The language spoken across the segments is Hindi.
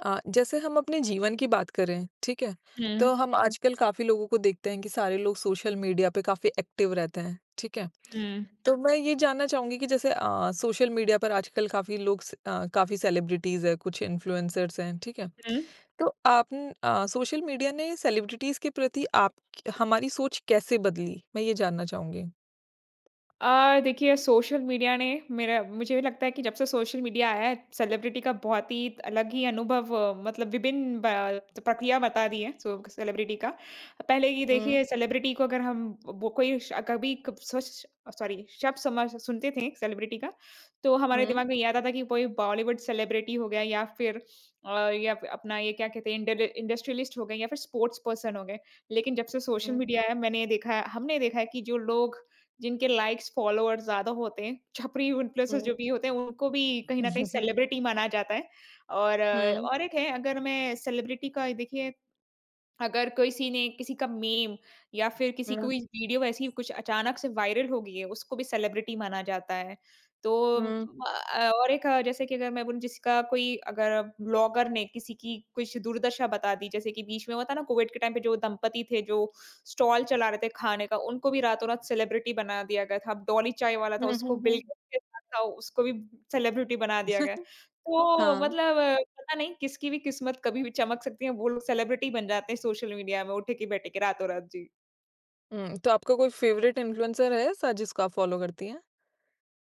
जैसे हम अपने जीवन की बात करें, ठीक है? हम्म तो हम आजकल काफ़ी लोगों को देखते हैं कि सारे लोग सोशल मीडिया पे काफ़ी एक्टिव रहते हैं, ठीक है? हम्म तो मैं ये जानना चाहूँगी कि जैसे सोशल मीडिया पर आजकल काफ़ी काफ़ी सेलिब्रिटीज़ हैं, कुछ इन्फ्लुएंसर्स हैं, ठीक है? हम्म तो सोशल मीडिया ने सेलिब्रिटीज़ के प्रति आप हमारी सोच कैसे बदली? मैं ये जानना चाहूँगी। देखिए, सोशल मीडिया ने मेरा मुझे भी लगता है कि जब से सोशल मीडिया आया है सेलिब्रिटी का बहुत ही अलग ही अनुभव, मतलब विभिन्न प्रक्रिया बता दी है सो सेलिब्रिटी का। पहले की हुँ, देखिए, सेलिब्रिटी को अगर हम वो कोई श- कभी सॉरी शब्द समझ सुनते थे सेलिब्रिटी का, तो हमारे हुँ, दिमाग में ये आता था कि कोई बॉलीवुड सेलिब्रिटी हो गया, या फिर या फिर अपना ये क्या कहते हैं इंडस्ट्रियलिस्ट हो गए या फिर स्पोर्ट्स पर्सन हो गए। लेकिन जब से सोशल हुँ, मीडिया आया, मैंने ये देखा है हमने देखा है कि जो लोग जिनके लाइक्स, फॉलोवर्स ज़्यादा होते हैं, छपरी इन्फ्लुएंसर्स हुँ। जो भी होते हैं, उनको भी कहीं न कहीं हुँ, सेलिब्रिटी माना जाता है। और अ, हुँ, और एक है अगर मैं सेलिब्रिटी का देखिए अगर किसी ने किसी का मीम या फिर किसी हुँ, कोई वीडियो ऐसी कुछ अचानक से वायरल हो गई है, उसको भी सेलिब्रिटी माना जाता है। तो हुँ, जैसे कि अगर मैं बोलूँ, जिसका कोई अगर ब्लॉगर ने किसी की कुछ दुर्दशा बता दी, जैसे कि बीच में हुआ था ना कोविड के टाइम पे, जो दंपति थे जो स्टॉल चला रहे थे खाने का, उनको भी रातों-रात सेलिब्रिटी बना दिया गया था। अब डॉली चाय वाला था, हुँ, उसको हुँ, बिल हुँ। गेट्स के साथ था, उसको भी सेलिब्रिटी बना दिया गया। तो हाँ। मतलब पता नहीं किसकी भी किस्मत कभी भी चमक सकती है, वो लोग सेलिब्रिटी बन जाते हैं सोशल मीडिया में उठे के बैठे के रातों-रात जी। हुँ, तो आपका कोई फ़ेवरेट इन्फ्लुएंसर है ऐसा जिसको आप फ़ॉलो करती हैं?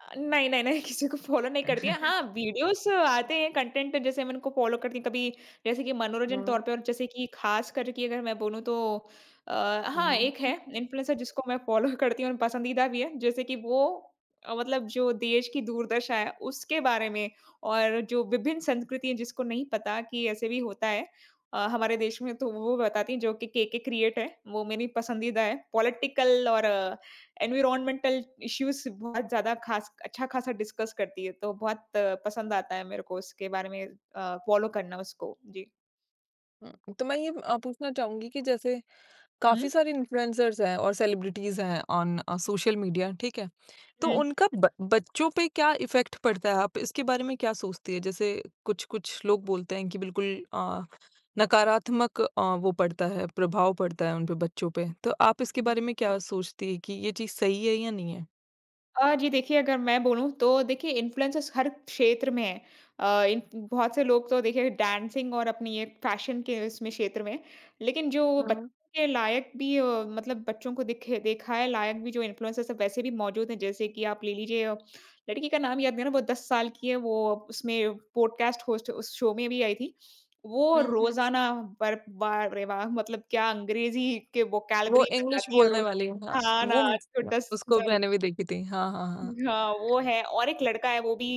नहीं, नहीं, नहीं किसी को फॉलो नहीं करती है। हाँ, वीडियोज़ आते हैं कंटेंट जैसे, मैं उनको फॉलो करती हूँ कभी, जैसे कि मनोरंजन तौर हुँ। पे, और जैसे कि ख़ास कर कि अगर मैं बोलूँ तो अ, हाँ, हुँ। एक है इन्फ्लुएंसर जिसको मैं फॉलो करती हूँ और पसंदीदा भी है। जैसे कि मतलब जो देश की दूरदर्शा है उसके बारे में, और जो विभिन्न संस्कृति है जिसको नहीं पता कि ऐसे भी होता है हमारे देश में, तो वो बताती हैं, जो कि केके क्रिएट है, वो मेरी पसंदीदा है। पॉलिटिकल और एनवायरमेंटल इश्यूज़ बहुत ज़्यादा ख़ास अच्छा-ख़ासा डिस्कस करती है, तो बहुत पसंद आता है मेरे को उसके बारे में, फ़ॉलो करना उसको। जी। हुँ, तो मैं ये पूछना चाहूँगी कि जैसे हुँ। काफ़ी सारे इन्फ्लुएंसर्स हैं और सेलिब्रिटीज़ हैं ऑन सोशल मीडिया, ठीक है? तो उनका ब बच्चों पे क्या इफ़ेक्ट पड़ता है? आप इसके बारे में क्या सोचती है? जैसे कुछ-कुछ लोग बोलते हैं कि बिल्कुल नकारात्मक वो पड़ता है, प्रभाव पड़ता है उन पे बच्चों पे। तो आप इसके हुँ। बारे में क्या सोचती है कि ये चीज़ सही है या नहीं है? जी देखिए, अगर मैं बोलूँ तो देखिए इन्फ्लुएंसर्स हर क्षेत्र में हैं। अ, इन बहुत से लोग तो देखिए डांसिंग और अपनी ये फैशन के इसमें क्षेत्र में, लेकिन जो हुँ। बच्चों के लायक भी, मतलब बच्चों को दिखे दिखाए लायक भी जो इन्फ्लुएंसर्स हैं वैसे भी मौजूद हैं। जैसे कि आप ले लीजिए, लड़की का नाम याद नहीं आ रहा, वो 10 साल की है, वो उसमें पॉडकास्ट होस्ट उस शो में भी आई थी। वो हुँ, हुँ। रोज़ाना बर वाह रे वाह! मतलब क्या अंग्रेज़ी के वो वोकैब्युलरी इंग्लिश बताती है बोलने रोज़। वाली है, हाँ। हाँ ना, वो म तो 10 उसको साल। मैंने भी देखी थी। हाँ, हाँ, हाँ। हाँ, वो है, और एक लड़का है वो भी,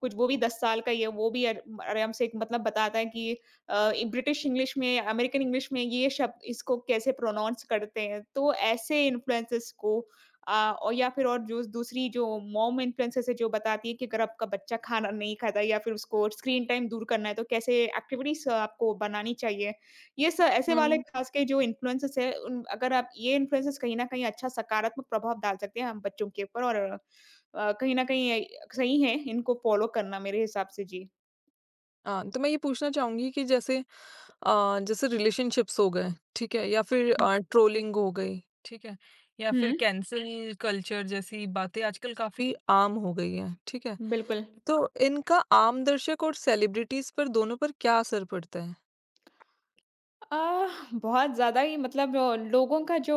कुछ वो भी 10 साल का ही है, वो भी अर आराम से एक मतलब बताता है कि ब्रिटिश इंग्लिश में, अमेरिकन इंग्लिश में ये शब्द इसको कैसे प्रोनाउंस करते हैं। तो ऐसे इन्फ्लुएंसेस को और या फिर और जो दूसरी जो मॉम इन्फ्लुएंसेस है, जो बताती है कि अगर आपका बच्चा खाना नहीं खाता या फिर उसको स्क्रीन टाइम दूर करना है, तो कैसे एक्टिविटीज़ आपको बनानी चाहिए। ये स ऐसे वाले हुँ। खास के जो इन्फ्लुएंसेस है, उन अगर आप ये इन्फ्लुएंसेस कहीं न कहीं अच्छा सकारात्मक प्रभाव डाल सकते हैं हम बच्चों के ऊपर, और अ, कहीं न कहीं अ, सही है इनको फ़ॉलो करना मेरे हिसाब से। जी। हाँ, तो मैं ये पूछना चाहूँगी कि जैसे जैसे रिलेशनशिप्स हो गए, ठीक है? या फिर हुँ। ट्रोलिंग हो गई, ठीक है? या फिर हुँ, कैंसल कल्चर जैसी बातें आजकल काफ़ी आम हो गई हैं, ठीक है? बिल्कुल। तो इनका आम दर्शक और सेलिब्रिटीज़ पर दोनों पर क्या असर पड़ता है? आह, बहुत ज़्यादा ही मतलब, लोगों का जो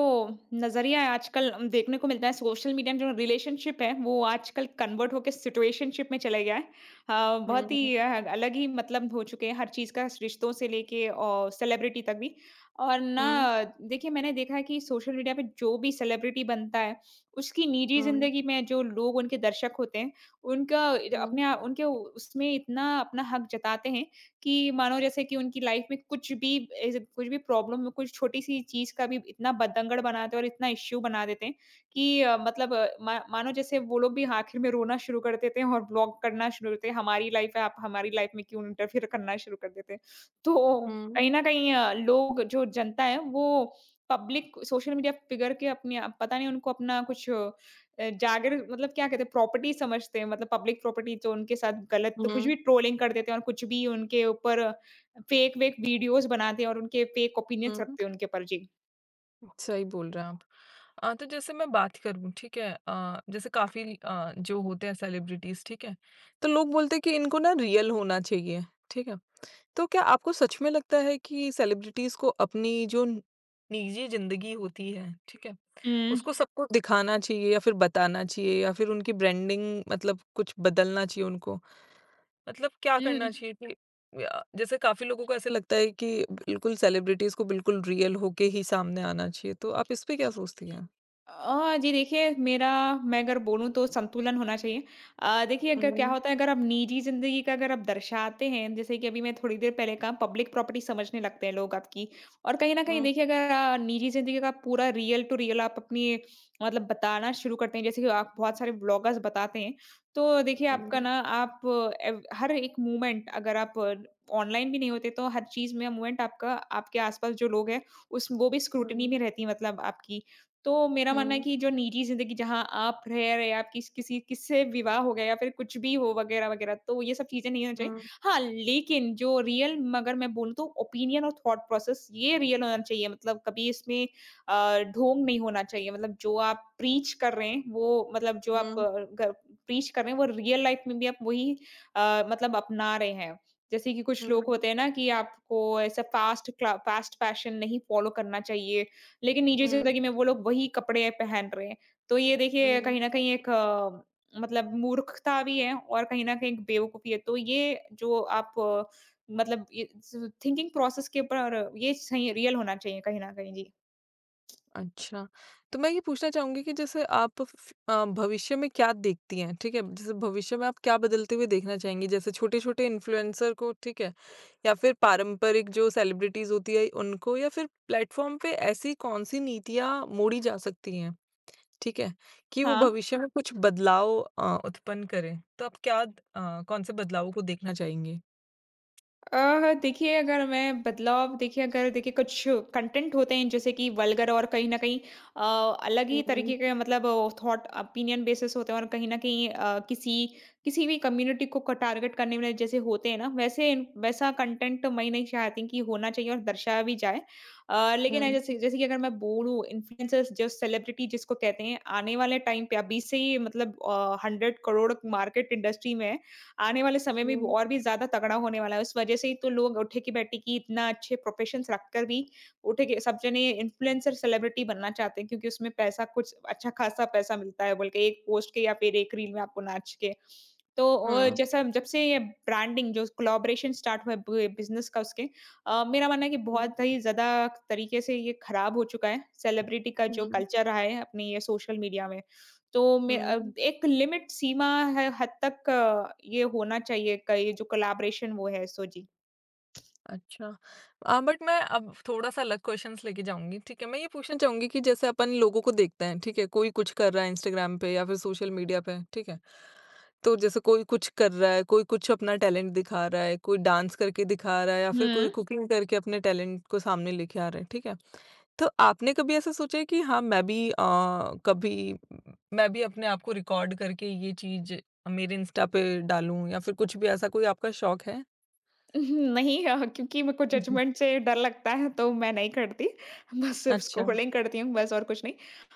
नज़रिया है आजकल, देखने को मिलता है सोशल मीडिया में, जो रिलेशनशिप है वो आजकल कन्वर्ट होके सिचुएशनशिप में चला गया है। हुँ, हुँ, अलग ही मतलब हो चुके हैं हर चीज़ का, रिश्तों से लेके और सेलिब्रिटी तक भी। और हुँ, ना देखिए, मैंने देखा है कि सोशल मीडिया पे जो भी सेलिब्रिटी बनता है, उसकी निजी हुँ, ज़िंदगी में जो लोग उनके दर्शक होते हैं, उनका अपने आप उनके उसमें इतना अपना हक जताते हैं, कि मानो जैसे कि उनकी लाइफ में कुछ भी ऐसे कुछ भी प्रॉब्लम हो, कुछ छोटी-सी चीज़ का भी इतना बतंगड़ बनाते हैं और इतना इश्यू बना देते हैं, कि अ, मतलब अ, मा मानो जैसे वो लोग भी आखिर में रोना शुरू कर देते हैं और ब्लॉक करना शुरू करते हैं, हमारी लाइफ है, आप हमारी लाइफ में क्यों इंटरफियर करना शुरू कर देते हैं। तो हुँ, कहीं न कहीं लोग जो जनता है वो पब्लिक सोशल मीडिया फिगर के अपने आप पता नहीं उनको अपना कुछ जागिर मतलब क्या कहते हैं प्रॉपर्टी समझते हैं, मतलब पब्लिक प्रॉपर्टी, तो उनके साथ गलत तो हुँ, कुछ भी ट्रोलिंग कर देते हैं और कुछ भी उनके ऊपर फेक वेक वीडियोस बनाते हैं और उनके फेक ओपिनियंस हुँ। रखते हैं उनके ऊपर। जी। सही बोल रहे हैं आप। तो जैसे मैं बात करूँ, ठीक है? जैसे काफ़ी जो होते हैं सेलिब्रिटीज़, ठीक है? तो लोग बोलते हैं कि इनको ना रियल होना चाहिए, ठीक है? तो क्या आपको सच में लगता है कि सेलिब्रिटीज़ को अपनी जो न- निजी ज़िंदगी होती है, ठीक है? हुँ। उसको सबको दिखाना चाहिए या फिर बताना चाहिए या फिर उनकी ब्रांडिंग मतलब कुछ बदलना चाहिए उनको? मतलब क्या हुँ। करना चाहिए कि या जैसे काफ़ी लोगों को ऐसे लगता है कि बिल्कुल सेलिब्रिटीज़ को बिल्कुल रियल होके ही सामने आना चाहिए, तो आप इस पे क्या सोचती हैं? जी देखिए, मेरा मैं अगर बोलूँ तो संतुलन होना चाहिए। देखिए अगर क्या हुँ, होता है, अगर आप निजी ज़िंदगी का अगर आप दर्शाते हैं, जैसे कि अभी मैं थोड़ी देर पहले कहा, पब्लिक प्रॉपर्टी समझने लगते हैं लोग आपकी, और कहीं न कहीं हुँ, देखिए अगर निजी ज़िंदगी का पूरा रियल टू रियल आप अपनी मतलब बताना शुरू करते हैं, जैसे कि आप बहुत सारे व्लॉगर्स बताते हैं। तो देखिए आपका हुँ, ना, आप एव हर एक मूवमेंट, अगर आप ऑनलाइन भी नहीं होते तो हर चीज़ में मूवमेंट आपका, आपके आस-पास जो लोग हैं, उस वो भी स्क्रूटनी हुँ, में रहती है मतलब आपकी। तो मेरा मानना है हुँ, कि जो निजी ज़िंदगी जहाँ आप रह रहे, आप किससे विवाह हो गया या फिर कुछ भी हो वगैरह-वगैरह, तो ये सब चीज़ें नहीं होनी चाहिए। हुँ, हाँ, लेकिन जो रियल म अगर मैं बोलूँ तो ओपिनियन और थॉट प्रोसेस, ये रियल होना चाहिए, मतलब कभी इसमें ढोंग नहीं होना चाहिए। मतलब जो आप प्रीच कर रहे हैं वो मतलब जो आप हुँ, ग प्रीच कर रहे हैं, वो रियल लाइफ़ में भी आप वही मतलब अपना रहे हैं। जैसे कि कुछ लोग होते हैं ना, कि आपको ऐसा फ़ास्ट फैशन नहीं फ़ॉलो करना चाहिए, लेकिन निजी हुँ, ज़िंदगी में वो लोग वही कपड़े पहन रहे हैं। तो ये देखिए हुँ। कहीं न कहीं एक मतलब मूर्खता भी है, और कहीं न कहीं एक बेवकूफ़ी है। तो ये जो आप अ, मतलब ये स थिंकिंग प्रोसेस के ऊपर, ये सही रियल होना चाहिए कहीं न कहीं। जी। अच्छा, तो मैं ये पूछना चाहूँगी कि जैसे आप भविष्य में क्या देखती हैं? ठीक है? जैसे भविष्य में आप क्या बदलते हुए देखना चाहेंगी? जैसे छोटे-छोटे इन्फ्लुएंसर को, ठीक है? या फिर पारंपरिक जो सेलिब्रिटीज़ होती है उनको या फिर प्लेटफ़ॉर्म पे ऐसी कौन-सी नीतियाँ मोड़ी जा सकती हैं, ठीक है? कि वो हाँ, भविष्य में कुछ बदलाव उत्पन्न करें। तो आप क्या कौन-से बदलावों को देखना चाहेंगी? देखिए अगर मैं बदलाव देखिए अगर देखिए, कुछ कंटेंट होते हैं जैसे कि वल्गर, और कहीं न कहीं अ, अलग ही हुँ, तरीके के मतलब थॉट ओपिनियन बेसिस होते हैं, और कहीं न कहीं अ, किसी किसी भी कम्युनिटी को क टारगेट करने वाले जैसे होते हैं ना, वैसा कंटेंट मैं नहीं चाहती कि होना चाहिए और दर्शाया भी जाए। अ, लेकिन अ, हुँ, जैसे जैसे कि अगर मैं बोलूँ, इन्फ्लुएंसर्स जो सेलिब्रिटी जिसको कहते हैं, आने वाले टाइम पे अभी से ही मतलब 100 करोड़ मार्केट इंडस्ट्री में है। आने वाले समय में भी हुँ, और भी ज़्यादा तगड़ा होने वाला है। उस वज़ह से ही तो लोग उठे की बैठी की इतना अच्छे प्रोफ़ेशंस रखकर भी उठे के सब जने इन्फ्लुएंसर सेलिब्रिटी बनना चाहते हैं, क्योंकि उसमें पैसा कुछ अच्छा ख़ासा पैसा मिलता है बोल के एक पोस्ट के या फिर एक रील में आपको नाच के। तो हुँ, जैसा जब से ये ब्रांडिंग जो कोलैबोरेशन स्टार्ट हुआ है ब बिज़नेस का, उसके मेरा मानना है कि बहुत ही ज़्यादा तरीके से ये ख़राब हो चुका है, सेलिब्रिटी का जो हुँ, कल्चर रहा है अपने ये सोशल मीडिया में। तो मैं, हुँ। एक लिमिट सीमा है हद तक ये होना चाहिए, का ये जो कोलैबोरेशन वो है, सो जी। अच्छा। बट मैं अब थोड़ा-सा अलग क्वेश्चन्स लेके जाऊँगी, ठीक है? मैं ये पूछना चाहूँगी कि जैसे अपन लोगों को देखते हैं, ठीक है? कोई कुछ कर रहा है इंस्टाग्राम पे या फिर सोशल मीडिया पे, ठीक है? तो जैसे कोई कुछ कर रहा है, कोई कुछ अपना टैलेंट दिखा रहा है, कोई डांस करके दिखा रहा है या फिर कोई कुकिंग करके अपने टैलेंट को सामने लेके आ रहा है, ठीक है? तो आपने कभी ऐसा सोचा है कि हाँ, मैं भी कभी मैं भी अपने आप को रिकॉर्ड करके ये चीज़ मेरे इंस्टा पे डालूँ या फिर कुछ भी ऐसा कोई आपका शौक है? नहीं, क्योंकि मेरे को जजमेंट से डर लगता है तो मैं नहीं करती। बस सिर्फ़ अच्छा। स्क्रॉलिंग करती हूँ बस और कुछ नहीं।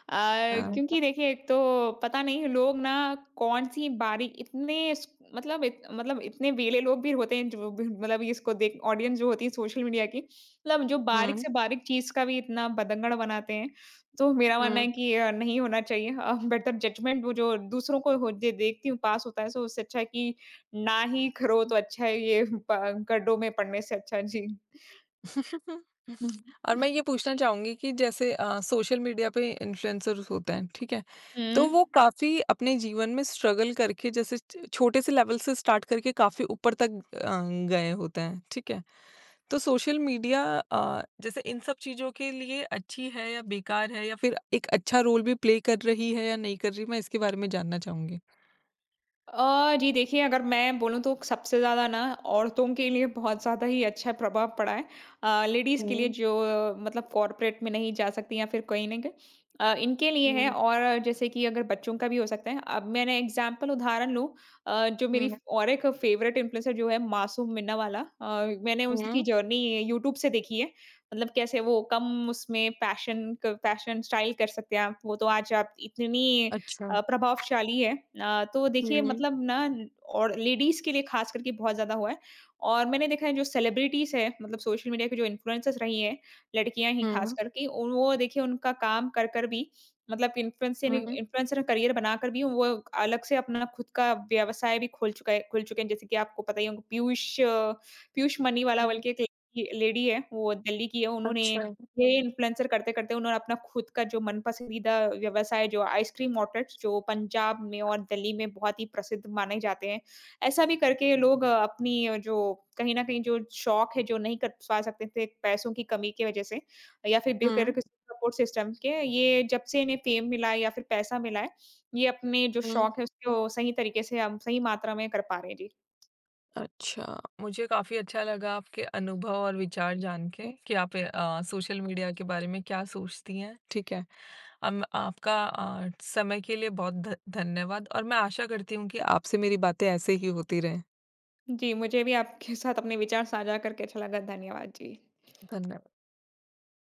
हाँ। क्योंकि देखिए, एक तो पता नहीं लोग ना, कौन-सी बारी इतने स मतलब इत मतलब इतने वेले लोग भी होते हैं जो भी मतलब इसको देख, ऑडियंस जो होती है सोशल मीडिया की, मतलब जो बारीक हुँ। से बारीक चीज़ का भी इतना बतंगड़ बनाते हैं। तो मेरा मानना है हुँ। कि नहीं होना चाहिए। बेटर जजमेंट वो जो दूसरों को हो दे देखती हूँ पास होता है, सो उससे अच्छा है कि ना ही करो तो अच्छा है, ये प गड्ढों में पड़ने से अच्छा। जी। हुँ। और मैं ये पूछना चाहूँगी कि जैसे सोशल मीडिया पे इन्फ्लुएंसर्स होते हैं, ठीक है? तो हुँ। वो काफ़ी अपने जीवन में स्ट्रगल करके जैसे छ छोटे से लेवल से स्टार्ट करके काफ़ी ऊपर तक गए होते हैं, ठीक है? तो सोशल मीडिया जैसे इन सब चीज़ों के लिए अच्छी है या बेकार है या फिर एक अच्छा रोल भी प्ले कर रही है या नहीं कर रही? मैं इसके बारे में जानना चाहूँगी। जी देखिए, अगर मैं बोलूँ तो सबसे ज़्यादा ना औरतों के लिए बहुत ज़्यादा ही अच्छा प्रभाव पड़ा है। लेडीज़ के लिए, हुँ, जो मतलब कॉर्पोरेट में नहीं जा सकती या फिर कहीं न कहीं इनके लिए है, हुँ, और जैसे कि अगर बच्चों का भी हो सकता है। अब मैंने एग्ज़ाम्पल उदाहरण लूँ जो मेरी हुँ, और एक फ़ेवरेट इन्फ्लुएंसर जो है, मासूम मिन्ना वाला, मैंने उसकी हुँ। जर्नी यूट्यूब से देखी है। मतलब कैसे वो कम उसमें फ़ैशन स्टाइल कर सकते हैं आप। वो तो आज आप इतनी अच्छा। प्रभावशाली है। तो देखिए हुँ, मतलब ना, और लेडीज़ के लिए ख़ास करके बहुत ज़्यादा हुआ है, और मैंने देखा है जो सेलिब्रिटीज़ हैं, मतलब सोशल मीडिया की जो इन्फ्लुएंसर्स रही हैं, लड़कियाँ ही ख़ास हुँ, करके, उन वो देखिए उनका काम कर कर भी, मतलब इन्फ्लुएंसिंग हुँ, इन्फ्लुएंसर का करियर बनाकर भी वो अलग से अपना खुद का व्यवसाय भी खोल चुका है खुल चुके हैं। जैसे कि आपको पता ही होगा, पीयूष मनीवाला, बल्कि एक लेडी लेडी है, वो दिल्ली की है। उन्होंने अच्छा। ये इन्फ्लुएंसर करते-करते उन्होंने अपना खुद का जो मन पसंदीदा व्यवसाय, जो आइसक्रीम आउटलेट्स जो पंजाब में और दिल्ली में बहुत ही प्रसिद्ध माने जाते हैं। ऐसा भी करके लोग अपनी जो कहीं न कहीं जो शौक है जो नहीं कर पा सकते थे पैसों की कमी की वजह से या फिर बेघर हुँ। के सपोर्ट सिस्टम के, ये जब से इन्हें फेम मिला है या फिर पैसा मिला है, ये अपने जो हुँ। शौक है उसको सही तरीके से हम सही मात्रा में कर पा रहे हैं। जी। अच्छा। मुझे काफ़ी अच्छा लगा आपके अनुभव और विचार जान के कि आप सोशल मीडिया के बारे में क्या सोचती हैं, ठीक है। आपका समय के लिए बहुत ध धन्यवाद और मैं आशा करती हूँ कि आपसे मेरी बातें ऐसे ही होती रहें। जी, मुझे भी आपके साथ अपने विचार साझा करके अच्छा लगा। धन्यवाद। जी। धन्य